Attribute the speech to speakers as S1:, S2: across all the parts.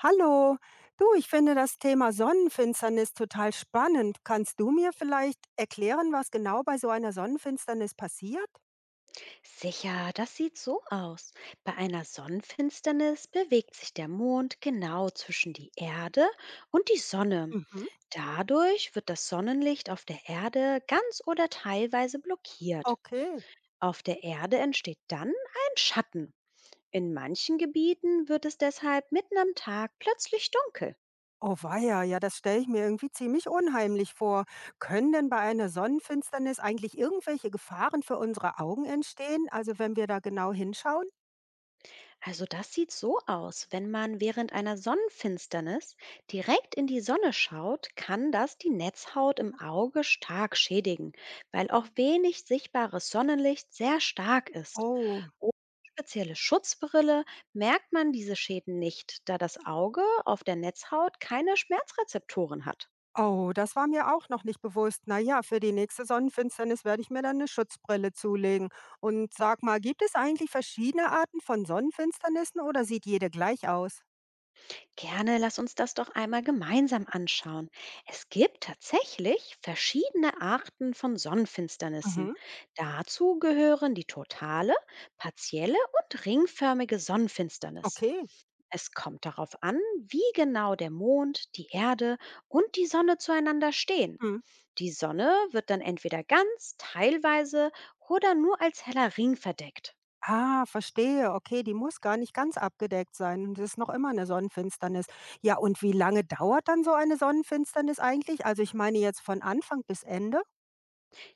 S1: Hallo, du, ich finde das Thema Sonnenfinsternis total spannend. Kannst du mir vielleicht erklären, was genau bei so einer Sonnenfinsternis passiert?
S2: Sicher, das sieht so aus. Bei einer Sonnenfinsternis bewegt sich der Mond genau zwischen die Erde und die Sonne.
S1: Mhm,
S2: Dadurch wird das Sonnenlicht auf der Erde ganz oder teilweise blockiert.
S1: okay.
S2: Auf der Erde entsteht dann ein Schatten. In manchen Gebieten wird es deshalb mitten am Tag plötzlich dunkel.
S1: Oh weia, ja, das stelle ich mir irgendwie ziemlich unheimlich vor. Können denn bei einer Sonnenfinsternis eigentlich irgendwelche Gefahren für unsere Augen entstehen, also wenn wir da genau hinschauen?
S2: Also das sieht so aus. Wenn man während einer Sonnenfinsternis direkt in die Sonne schaut, kann das die Netzhaut im Auge stark schädigen, weil auch wenig sichtbares Sonnenlicht sehr stark ist.
S1: Oh.
S2: Ohne spezielle Schutzbrille merkt man diese Schäden nicht, da das Auge auf der Netzhaut keine Schmerzrezeptoren hat.
S1: Oh, das war mir auch noch nicht bewusst. Na ja, für die nächste Sonnenfinsternis werde ich mir dann eine Schutzbrille zulegen. Und sag mal, gibt es eigentlich verschiedene Arten von Sonnenfinsternissen oder sieht jede gleich aus?
S2: Gerne, lass uns das doch einmal gemeinsam anschauen. Es gibt tatsächlich verschiedene Arten von Sonnenfinsternissen.
S1: Mhm,
S2: Dazu gehören die totale, partielle und ringförmige Sonnenfinsternis.
S1: okay.
S2: Es kommt darauf an, wie genau der Mond, die Erde und die Sonne zueinander stehen.
S1: Mhm.
S2: Die Sonne wird dann entweder ganz, teilweise oder nur als heller Ring verdeckt.
S1: Ah, verstehe. Okay, die muss gar nicht ganz abgedeckt sein, das ist noch immer eine Sonnenfinsternis. Ja, und wie lange dauert dann so eine Sonnenfinsternis eigentlich? Also, ich meine jetzt von Anfang bis Ende?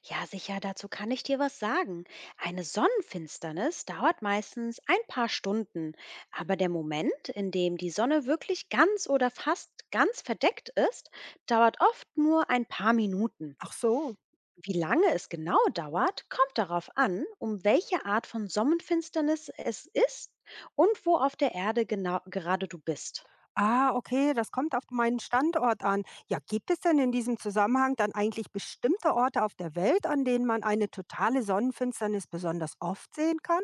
S2: Ja, sicher, dazu kann ich dir was sagen. Eine Sonnenfinsternis dauert meistens ein paar Stunden, aber der Moment, in dem die Sonne wirklich ganz oder fast ganz verdeckt ist, dauert oft nur ein paar Minuten.
S1: Ach so.
S2: Wie lange es genau dauert, kommt darauf an, um welche Art von Sonnenfinsternis es ist und wo auf der Erde genau gerade du bist.
S1: Ah, okay, das kommt auf meinen Standort an. Ja, gibt es denn in diesem Zusammenhang dann eigentlich bestimmte Orte auf der Welt, an denen man eine totale Sonnenfinsternis besonders oft sehen kann?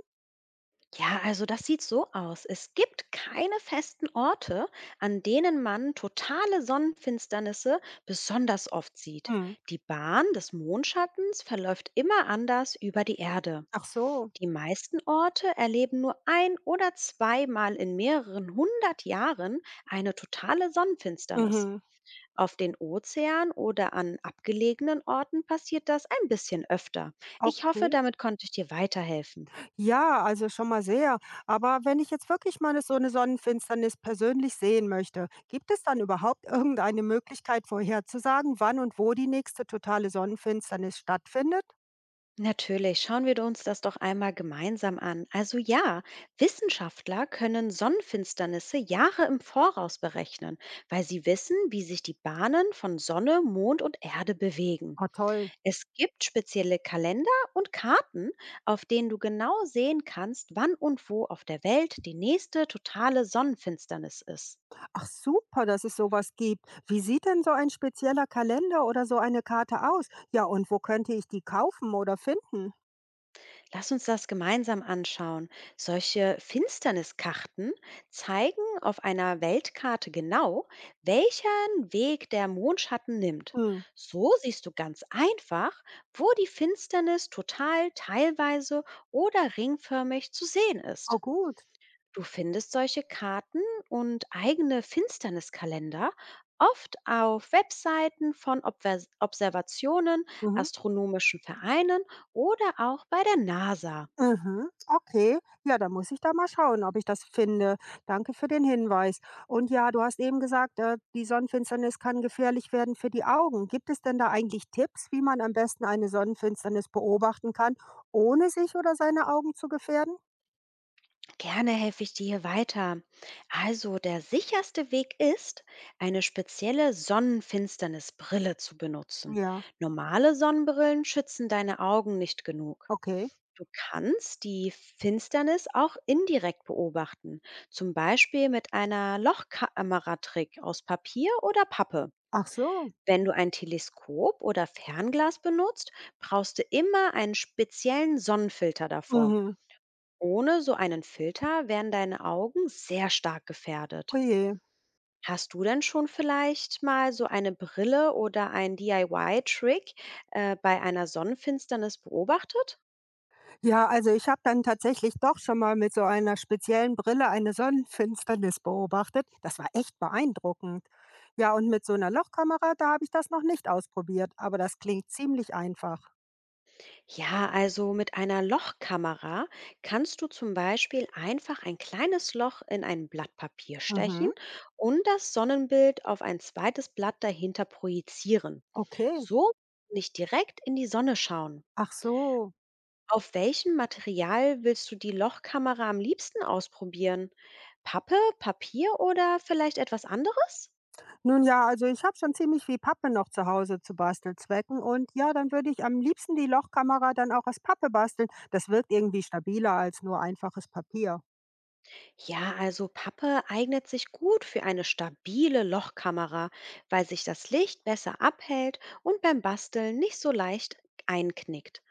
S2: Ja, also das sieht so aus. Es gibt keine festen Orte, an denen man totale Sonnenfinsternisse besonders oft sieht.
S1: Mhm.
S2: Die Bahn des Mondschattens verläuft immer anders über die Erde.
S1: Ach so.
S2: Die meisten Orte erleben nur ein oder zweimal in mehreren hundert Jahren eine totale Sonnenfinsternis.
S1: Mhm.
S2: Auf den Ozean oder an abgelegenen Orten passiert das ein bisschen öfter. Ich hoffe,
S1: Okay.
S2: damit konnte ich dir weiterhelfen.
S1: Ja, also schon mal sehr. Aber wenn ich jetzt wirklich mal so eine Sonnenfinsternis persönlich sehen möchte, gibt es dann überhaupt irgendeine Möglichkeit vorherzusagen, wann und wo die nächste totale Sonnenfinsternis stattfindet?
S2: Natürlich, schauen wir uns das doch einmal gemeinsam an. Also ja, Wissenschaftler können Sonnenfinsternisse Jahre im Voraus berechnen, weil sie wissen, wie sich die Bahnen von Sonne, Mond und Erde bewegen.
S1: Ah, toll.
S2: Es gibt spezielle Kalender und Karten, auf denen du genau sehen kannst, wann und wo auf der Welt die nächste totale Sonnenfinsternis ist.
S1: Ach super, dass es sowas gibt. Wie sieht denn so ein spezieller Kalender oder so eine Karte aus? Ja, und wo könnte ich die kaufen oder finden?
S2: Lass uns das gemeinsam anschauen. Solche Finsterniskarten zeigen auf einer Weltkarte genau, welchen Weg der Mondschatten nimmt.
S1: Hm.
S2: So siehst du ganz einfach, wo die Finsternis total, teilweise oder ringförmig zu sehen
S1: Oh
S2: ist.
S1: gut.
S2: Du findest solche Karten und eigene Finsterniskalender oft auf Webseiten von Observationen,
S1: Mhm.
S2: astronomischen Vereinen oder auch bei der NASA.
S1: Mhm. Okay. Ja, dann muss ich da mal schauen, ob ich das finde. Danke für den Hinweis. Und ja, du hast eben gesagt, die Sonnenfinsternis kann gefährlich werden für die Augen. Gibt es denn da eigentlich Tipps, wie man am besten eine Sonnenfinsternis beobachten kann, ohne sich oder seine Augen zu gefährden?
S2: Gerne helfe ich dir hier weiter. Also der sicherste Weg ist, eine spezielle Sonnenfinsternisbrille zu benutzen.
S1: Ja,
S2: Normale Sonnenbrillen schützen deine Augen nicht genug.
S1: okay.
S2: Du kannst die Finsternis auch indirekt beobachten, zum Beispiel mit einer Lochkameratrick aus Papier oder Pappe.
S1: Ach so.
S2: Wenn du ein Teleskop oder Fernglas benutzt, brauchst du immer einen speziellen Sonnenfilter davor.
S1: Mhm.
S2: Ohne so einen Filter wären deine Augen sehr stark gefährdet.
S1: Oje.
S2: Hast du denn schon vielleicht mal so eine Brille oder ein DIY-Trick bei einer Sonnenfinsternis beobachtet?
S1: Ja, also ich habe dann tatsächlich doch schon mal mit so einer speziellen Brille eine Sonnenfinsternis beobachtet. Das war echt beeindruckend. Ja, und mit so einer Lochkamera, da habe ich das noch nicht ausprobiert, aber das klingt ziemlich einfach.
S2: Ja, also mit einer Lochkamera kannst du zum Beispiel einfach ein kleines Loch in ein Blatt Papier stechen
S1: Mhm.
S2: und das Sonnenbild auf ein zweites Blatt dahinter projizieren.
S1: Okay.
S2: So nicht direkt in die Sonne schauen.
S1: Ach so.
S2: Auf welchem Material willst du die Lochkamera am liebsten ausprobieren? Pappe, Papier oder vielleicht etwas anderes?
S1: Nun ja, also ich habe schon ziemlich viel Pappe noch zu Hause zu Bastelzwecken und ja, dann würde ich am liebsten die Lochkamera dann auch aus Pappe basteln. Das wirkt irgendwie stabiler als nur einfaches Papier.
S2: Ja, also Pappe eignet sich gut für eine stabile Lochkamera, weil sich das Licht besser abhält und beim Basteln nicht so leicht einknickt.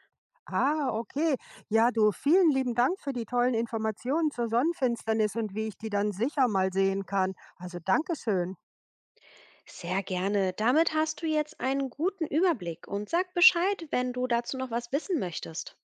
S1: Ah, okay. Ja, du, vielen lieben Dank für die tollen Informationen zur Sonnenfinsternis und wie ich die dann sicher mal sehen kann. Also Dankeschön.
S2: Sehr gerne. Damit hast du jetzt einen guten Überblick und sag Bescheid, wenn du dazu noch was wissen möchtest.